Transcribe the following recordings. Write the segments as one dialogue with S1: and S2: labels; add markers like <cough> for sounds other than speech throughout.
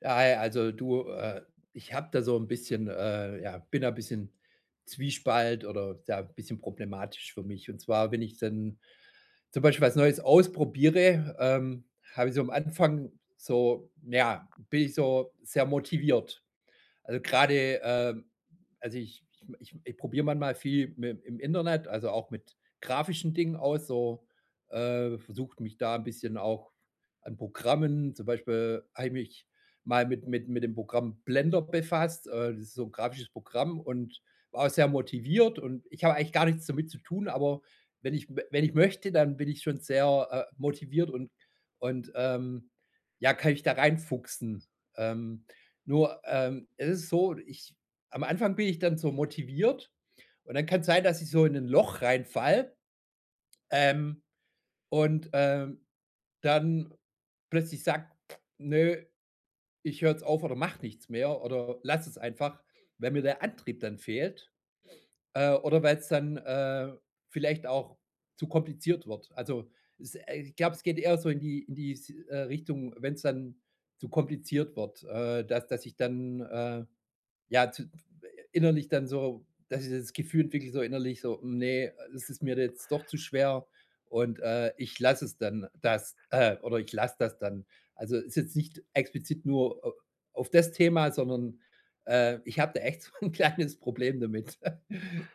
S1: Ja, ja, also du, ich habe da so ein bisschen ja, bin da ein bisschen Zwiespalt oder ja, ein bisschen problematisch für mich. Und zwar, wenn ich dann zum Beispiel was Neues ausprobiere, habe ich so am Anfang so, ja bin ich so sehr motiviert. Also gerade, also ich probiere manchmal viel mi im Internet, also auch mit grafischen Dingen aus, so, versuche mich da ein bisschen auch an Programmen zum Beispiel habe ich mich mal mit dem Programm Blender befasst. Das ist so ein grafisches Programm und war auch sehr motiviert, und ich habe eigentlich gar nichts damit zu tun, aber wenn ich möchte, dann bin ich schon sehr, motiviert und und ja, kann ich da reinfuchsen. Ähm nur, es ist so, ich am Anfang bin ich dann so motiviert, und dann kann es sein, dass ich so in ein Loch reinfall. ähm, und, ähm, dann plötzlich sage: „Ne, ich höre jetzt auf oder mache nichts mehr oder lass es einfach“, weil mir der Antrieb dann fehlt, oder weil es dann, vielleicht auch zu kompliziert wird. Also, es ich glaube, es geht eher so in die s Richtung, wenn's dann zu kompliziert wird, dass ich dann, ja, zu innerlich dann so, dass ich das Gefühl entwickle, so innerlich so: „Mm, nee, es ist mir jetzt doch zu schwer und, ich lasse es dann, das oder ich lasse das dann.“ Also, ist jetzt nicht explizit nur au auf das Thema, sondern, ich habe da echt <laughs> so ein kleines Problem damit. <laughs>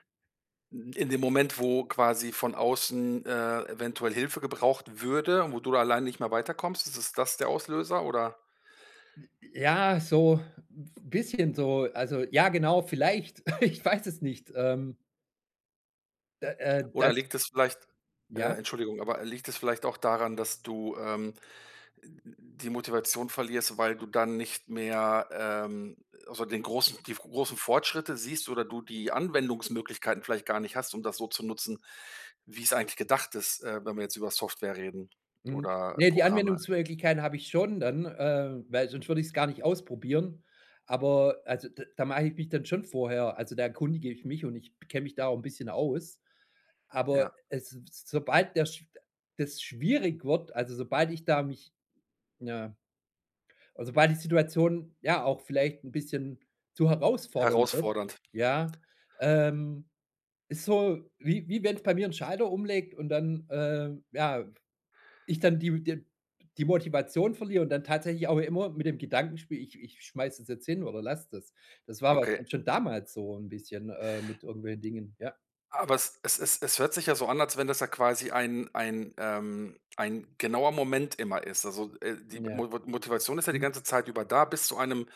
S2: In dem Moment, wo quasi von außen, eventuell Hilfe gebraucht würde und wo du da alleine nicht mehr weiterkommst, ist es das der Auslöser oder
S1: Ja, so 'n bisschen so, also, ja, genau, vielleicht, <laughs> ich weiß es nicht. Da
S2: oder
S1: das
S2: liegt es vielleicht
S1: ja?
S2: Entschuldigung, aber liegt es vielleicht auch daran, dass du, die Motivation verlierst, weil du dann nicht mehr, also den großen die großen Fortschritte siehst oder du die Anwendungsmöglichkeiten vielleicht gar nicht hast, um das so zu nutzen, wie es eigentlich gedacht ist, wenn wir jetzt über Software reden
S1: Mhm.
S2: oder
S1: Ne, die
S2: Programme?
S1: Anwendungsmöglichkeiten habe ich schon dann, weil sonst würde ich's gar nicht ausprobieren. Aber also, d da mache ich mich dann schon vorher, also, da erkundige ich mich, und ich kenne mich da auch 'n bisschen aus. Aber
S2: Ja,
S1: es sobald der sch das schwierig wird, also, sobald ich da mich, ja, also, sobald die Situation, ja, auch vielleicht 'n bisschen zu herausfordernd wird,
S2: herausfordernd.
S1: ja, ähm, ist so, wie wenn's bei mir 'n Schalter umlegt und dann, ja, ich dann die Motivation verliere und dann tatsächlich auch immer mit dem Gedankenspiel ich schmeiße es jetzt hin oder lasse das. Das war aber
S2: Okay.
S1: schon damals so ein bisschen, mit irgendwelchen Dingen. Ja,
S2: Aber es hört sich ja so an, als wenn das ja quasi ein genauer Moment immer ist. Also, die
S1: ja.
S2: Mo Motivation ist ja die
S1: Mhm,
S2: ganze Zeit über da bis zu einem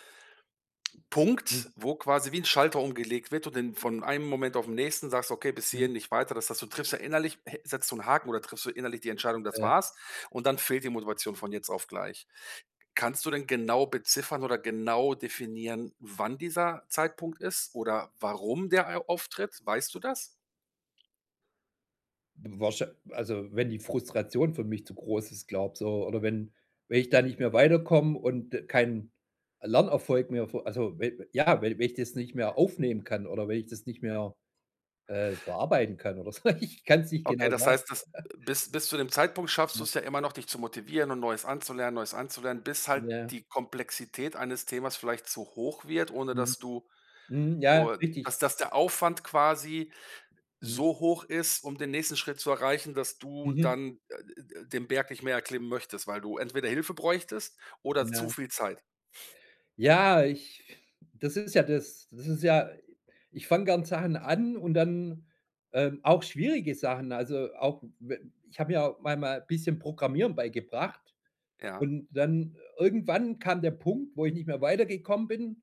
S2: Punkt,
S1: mhm,
S2: wo quasi wie ein Schalter umgelegt wird und dann von einem Moment auf den nächsten sagst: „Okay, bis
S1: mhm.
S2: hierhin, nicht weiter.“ Das heißt, du triffst ja innerlich hä setzt du einen Haken oder triffst du innerlich die Entscheidung: „Das
S1: Äh,
S2: war's.“ Und dann fehlt die Motivation von jetzt auf gleich. Kannst du denn genau beziffern oder genau definieren, wann dieser Zeitpunkt ist oder warum der au auftritt? Weißt du das?
S1: wahrschei also, wenn die Frustration für mich zu groß ist, glaube so, oder wenn wenn ich da nicht mehr weiterkomme und keinen Lernerfolg mehr vor, also, we ja, wenn wenn ich das nicht mehr aufnehmen kann oder wenn ich das nicht mehr, verarbeiten kann oder so. <laughs> Ich kann es nicht
S2: Okay,
S1: genau
S2: das
S1: sagen.
S2: heißt, das bis zu dem Zeitpunkt schaffst du
S1: Ja,
S2: es ja immer noch, dich zu motivieren und Neues anzulernen, bis halt
S1: ja.
S2: die Komplexität eines Themas vielleicht zu hoch wird, ohne
S1: Mhm.
S2: dass du
S1: Mhm, ja,
S2: o
S1: richtig.
S2: dass dass der Aufwand quasi
S1: Mhm.
S2: so hoch ist, um den nächsten Schritt zu erreichen, dass du
S1: Mhm.
S2: dann, den Berg nicht mehr erklimmen möchtest, weil du entweder Hilfe bräuchtest oder zu
S1: Ja.
S2: viel Zeit.
S1: Ja, ich, das ist ja das. Das ist ja ich fange gern Sachen an, und dann, auch schwierige Sachen. Also, auch we ich habe mir auch mal bisschen Programmieren beigebracht.
S2: Ja.
S1: Und dann irgendwann kam der Punkt, wo ich nicht mehr weitergekommen bin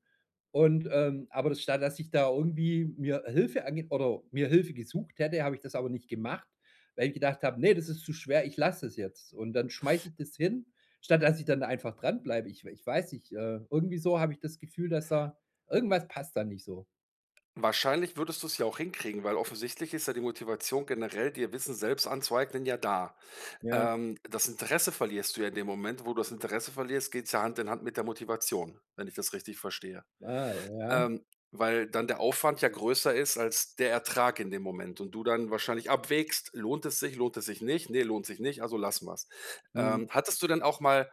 S1: und, aber das, statt dass ich da irgendwie mir Hilfe ange oder mir Hilfe gesucht hätte, habe ich das aber nicht gemacht, weil ich gedacht habe: nee, das ist zu schwer, ich lasse es jetzt.“ Und dann schmeiße ich das hin, statt dass ich dann einfach dranbleibe. Ich weiß nicht, irgendwie so habe ich das Gefühl, dass da irgendwas passt da nicht so.
S2: Wahrscheinlich würdest du es ja auch hinkriegen, weil offensichtlich ist ja die Motivation generell, dir Wissen selbst anzueignen, ja da.
S1: Ja.
S2: Das Interesse verlierst du ja in dem Moment, wo du das Interesse verlierst, geht's ja Hand in Hand mit der Motivation, wenn ich das richtig verstehe.
S1: Ah, ja.
S2: Ähm, Weil dann der Aufwand ja größer ist als der Ertrag in dem Moment und du dann wahrscheinlich abwägst: lohnt es sich nicht? Nee, lohnt sich nicht, also lassen wir's.
S1: Mhm.
S2: Hattest du denn auch mal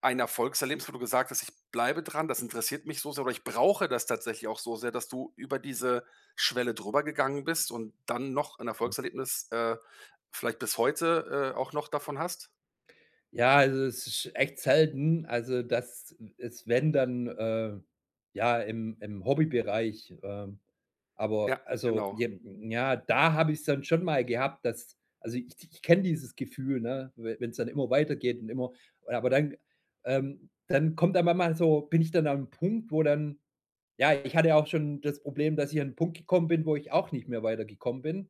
S2: ein Erfolgserlebnis, wo du gesagt hast: „Ich bleibe dran, das interessiert mich so sehr oder ich brauche das tatsächlich auch so sehr“, dass du über diese Schwelle drüber gegangen bist und dann noch ein Erfolgserlebnis, vielleicht bis heute, auch noch davon hast?
S1: Ja, also es ist echt selten. Also, das ist, wenn dann, ja, im im Hobbybereich, aber
S2: Ja,
S1: also,
S2: genau.
S1: j ja, da habe ich es dann schon mal gehabt, dass, also, ich kenne dieses Gefühl, ne, wenn es dann immer weitergeht und immer, aber dann, dann kommt dann mal so, bin ich dann an einem Punkt, wo dann, ja, ich hatte auch schon das Problem, dass ich an 'n Punkt gekommen bin, wo ich auch nicht mehr weitergekommen bin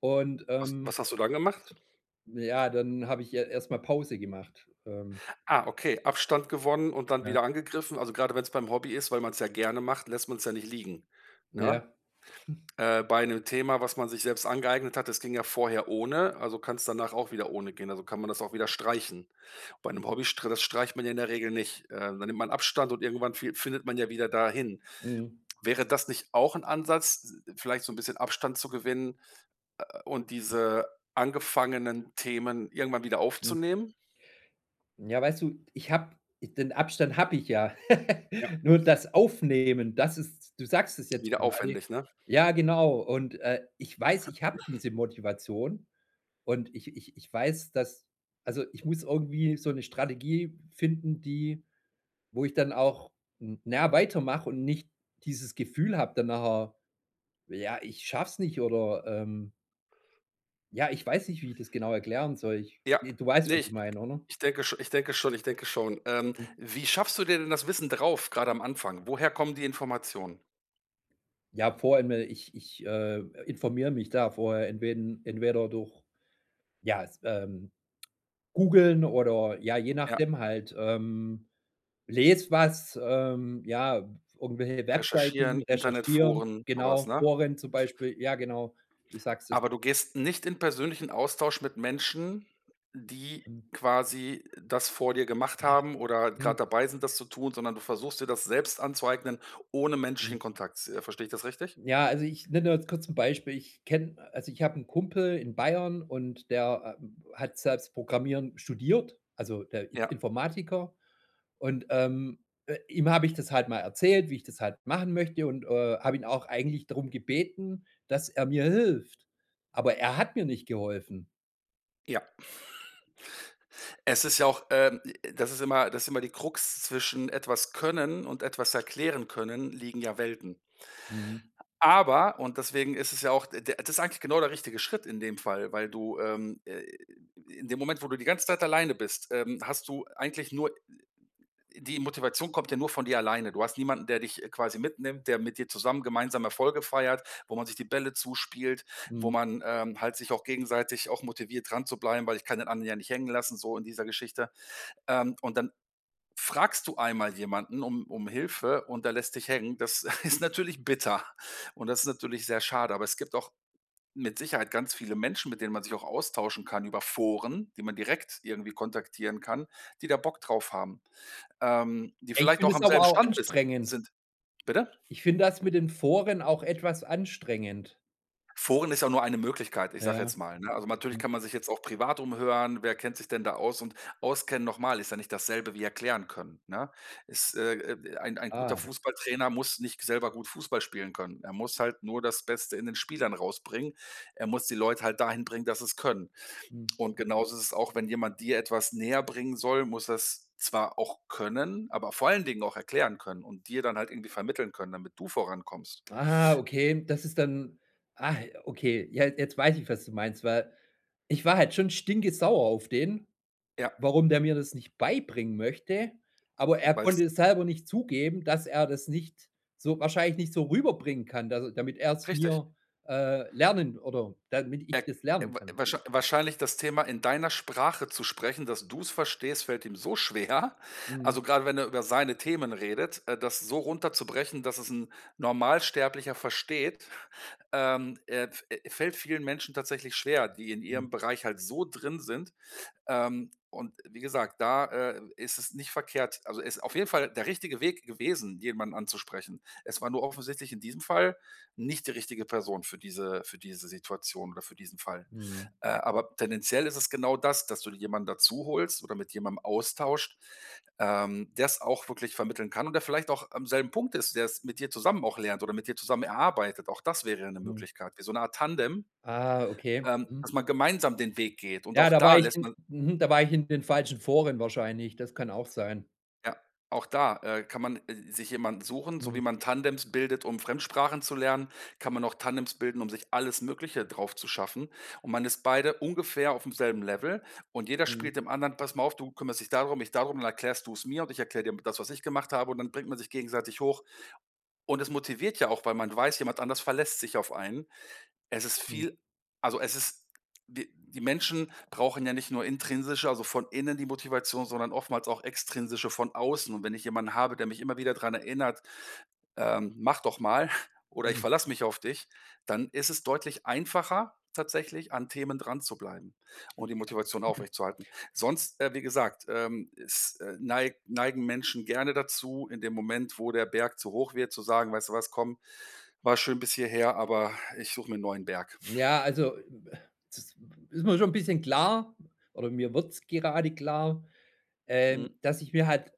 S1: und,
S2: Was was hast du dann gemacht?
S1: ja, dann habe ich erstmal Pause gemacht,
S2: Ah, okay, Abstand gewonnen und dann
S1: ja.
S2: wieder angegriffen. Also, gerade wenn es beim Hobby ist, weil man es ja gerne macht, lässt man es ja nicht liegen, ne?
S1: Ja,
S2: Bei einem Thema, was man sich selbst angeeignet hat, das ging ja vorher ohne, also kann es danach auch wieder ohne gehen. Also, kann man das auch wieder streichen. Bei einem Hobby str das streicht man ja in der Regel nicht. Dann nimmt man Abstand und irgendwann fi findet man ja wieder dahin.
S1: mhm,
S2: Wäre das nicht auch ein Ansatz, vielleicht so ein bisschen Abstand zu gewinnen, und diese angefangenen Themen irgendwann wieder
S1: mhm.
S2: aufzunehmen?
S1: Ja, weißt du, ich habe den Abstand habe ich ja.
S2: Ja.
S1: <laughs> Nur das Aufnehmen, das ist, du sagst es jetzt
S2: Wieder
S1: gerade.
S2: aufwendig, ne?
S1: Ja, genau. Und, ich weiß, ich habe diese Motivation, und ich weiß, dass, also, ich muss irgendwie so eine Strategie finden, die, wo ich dann auch, n na ja, weitermache und nicht dieses Gefühl habe dann nachher: „Ja, ich schaff's nicht“ oder, ja, ich weiß nicht, wie ich das genau erklären soll. Ich
S2: Ja.
S1: du weißt,
S2: Ne,
S1: was ich
S2: ich ich
S1: meine, oder?
S2: ich denke sch ich denke schon ich denke schon.
S1: Mhm.
S2: Wie schaffst du dir denn das Wissen drauf, gerade am Anfang? Woher kommen die Informationen?
S1: Ja, vorher ich informiere mich da vorher entweder durch, ja, s Googeln, oder ja, je
S2: Ja,
S1: nachdem halt, lese was, ja, irgendwelche
S2: recherchieren,
S1: Webseiten recherchieren,
S2: Internetforen, sowas,
S1: genau,
S2: ne?
S1: Foren zum Beispiel. Ja, genau, du sagst es.
S2: Aber du gehst nicht in persönlichen Austausch mit Menschen, die
S1: Mhm.
S2: quasi das vor dir gemacht haben oder gerade dabei sind, das zu tun, sondern du versuchst dir das selbst anzueignen ohne
S1: Mhm.
S2: menschlichen Kontakt. Verstehe ich das richtig?
S1: Ja, also ich nenne jetzt kurz ein Beispiel. Ich kenne, also, ich habe einen Kumpel in Bayern, und der, hat selbst Programmieren studiert, also der I
S2: Ja,
S1: Informatiker. Und, ihm habe ich das halt mal erzählt, wie ich das halt machen möchte, und, habe ihn auch eigentlich darum gebeten, dass er mir hilft. Aber er hat mir nicht geholfen.
S2: ja. Es ist ja auch, das ist immer die Krux zwischen etwas können und etwas erklären können, liegen ja Welten.
S1: Mhm,
S2: Und deswegen ist es ja auch der das ist eigentlich genau der richtige Schritt in dem Fall, weil du, in dem Moment, wo du die ganze Zeit alleine bist, hast du eigentlich nur die Motivation kommt ja nur von dir alleine. Du hast niemanden, der dich, quasi mitnimmt, der mit dir zusammen gemeinsam Erfolge feiert, wo man sich die Bälle zuspielt, wo
S1: mhm.
S2: man, halt sich auch gegenseitig auch motiviert, dran zu bleiben, weil ich kann den anderen ja nicht hängen lassen, so in dieser Geschichte. Und dann fragst du einmal jemanden um Hilfe und der lässt dich hängen, das <laughs> ist natürlich bitter und das ist natürlich sehr schade. Aber es gibt auch mit Sicherheit ganz viele Menschen, mit denen man sich auch austauschen kann über Foren, die man direkt irgendwie kontaktieren kann, die da Bock drauf haben, die
S1: Ja, ich
S2: vielleicht
S1: finde
S2: auch
S1: es
S2: am
S1: aber
S2: selben
S1: auch
S2: Stand bist
S1: anstrengend.
S2: sind. Bitte?
S1: Ich finde das mit den Foren auch etwas anstrengend.
S2: Foren ist ja nur eine Möglichkeit, ich sage
S1: Ja.
S2: jetzt mal, ne? Also, natürlich
S1: Hm.
S2: kann man sich jetzt auch privat umhören, wer kennt sich denn da aus, und auskennen nochmal ist ja nicht dasselbe wie erklären können, ne? Ist, ein guter
S1: Ah,
S2: Fußballtrainer muss nicht selber gut Fußball spielen können. Er muss halt nur das Beste in den Spielern rausbringen. Er muss die Leute halt dahin bringen, dass sie es können.
S1: mhm.
S2: Und genauso ist es auch, wenn jemand dir etwas näher bringen soll, muss das zwar auch können, aber vor allen Dingen auch erklären können und dir dann halt irgendwie vermitteln können, damit du vorankommst.
S1: Ah, okay, das ist dann ah, okay, ja, jetzt weiß ich, was du meinst, weil ich war halt schon stinkesauer auf den,
S2: Ja,
S1: warum der mir das nicht beibringen möchte, aber er
S2: weil
S1: konnte
S2: es
S1: es selber nicht zugeben, dass er das nicht so wahrscheinlich nicht so rüberbringen kann, dass damit er's
S2: richtig.
S1: mir, lernen oder damit ich
S2: Er
S1: das lernen
S2: wa
S1: kann.
S2: wahrschei wahrscheinlich das Thema in deiner Sprache zu sprechen, dass du es verstehst, fällt ihm so schwer.
S1: Mhm,
S2: Also, gerade wenn er über seine Themen redet, das so runterzubrechen, dass es ein Normalsterblicher versteht, f fällt vielen Menschen tatsächlich schwer, die in
S1: mhm,
S2: ihrem Bereich halt so drin sind. Und wie gesagt, da, ist es nicht verkehrt, also, ist auf jeden Fall der richtige Weg gewesen, jemanden anzusprechen. Es war nur offensichtlich in diesem Fall nicht die richtige Person für diese Situation oder für diesen Fall.
S1: mhm,
S2: Aber tendenziell ist es genau das, dass du dir jemanden dazu holst oder mit jemandem austauscht, der es auch wirklich vermitteln kann und der vielleicht auch am selben Punkt ist, der es mit dir zusammen auch lernt oder mit dir zusammen erarbeitet. Auch das wäre eine
S1: mhm.
S2: Möglichkeit, wie so eine Art Tandem,
S1: Ah, okay. Mhm.
S2: dass man gemeinsam den Weg geht. Und
S1: Ja,
S2: auch
S1: da war
S2: da
S1: ich
S2: lässt
S1: in
S2: man
S1: mhm, da war ich in den falschen Foren wahrscheinlich, das kann auch sein.
S2: ja, auch da, kann man, sich jemanden suchen, so
S1: Mhm,
S2: wie man Tandems bildet, um Fremdsprachen zu lernen, kann man auch Tandems bilden, um sich alles Mögliche drauf zu schaffen. Und man ist beide ungefähr auf demselben Level und jeder
S1: mhm,
S2: spielt dem anderen: „Pass mal auf, du kümmerst dich darum, ich darum, dann erklärst du es mir und ich erkläre dir das, was ich gemacht habe“, und dann bringt man sich gegenseitig hoch. Und es motiviert ja auch, weil man weiß, jemand anders verlässt sich auf einen. Es ist
S1: mhm,
S2: viel also, es ist die Menschen brauchen ja nicht nur intrinsische, also von innen die Motivation, sondern oftmals auch extrinsische von außen. Und wenn ich jemanden habe, der mich immer wieder dran erinnert: mach doch mal <laughs> oder ich
S1: mhm.
S2: verlasse mich auf dich“, dann ist es deutlich einfacher tatsächlich, an Themen dran zu bleiben und die Motivation aufrechtzuerhalten. Sonst, wie gesagt, es, neig neigen Menschen gerne dazu, in dem Moment, wo der Berg zu hoch wird, zu sagen: „Weißt du was, komm, war schön bis hierher, aber ich suche mir 'n neuen Berg.“
S1: Ja, also, das ist mir schon ein bisschen klar oder mir wird's gerade klar,
S2: Mhm.
S1: dass ich mir halt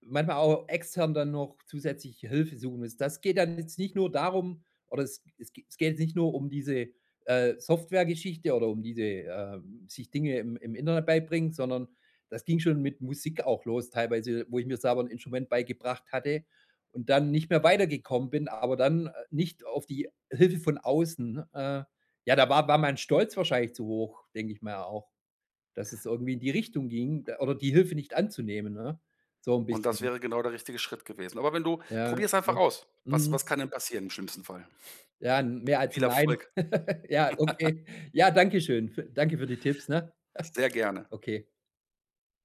S1: manchmal auch extern dann noch zusätzliche Hilfe suchen muss. Das geht dann jetzt nicht nur darum, oder es geht jetzt nicht nur um diese, Softwaregeschichte oder um diese, sich Dinge im im Internet beibringen, sondern das ging schon mit Musik auch los teilweise, wo ich mir selber ein Instrument beigebracht hatte und dann nicht mehr weitergekommen bin, aber dann, nicht auf die Hilfe von außen, ja, da war mein Stolz wahrscheinlich zu hoch, denke ich mir auch. Dass es irgendwie in die Richtung ging d oder die Hilfe nicht anzunehmen, ne? So 'n
S2: Und das
S1: bisschen.
S2: wäre genau der richtige Schritt gewesen. Aber wenn du
S1: Ja,
S2: probier's einfach
S1: okay.
S2: aus. Was
S1: Mhm.
S2: was kann denn passieren im schlimmsten Fall?
S1: Ja, mehr als
S2: Viel
S1: 'n Nein.
S2: Erfolg,
S1: Ja, okay. Ja, danke schön. F Danke für die Tipps, ne?
S2: sehr gerne.
S1: Okay.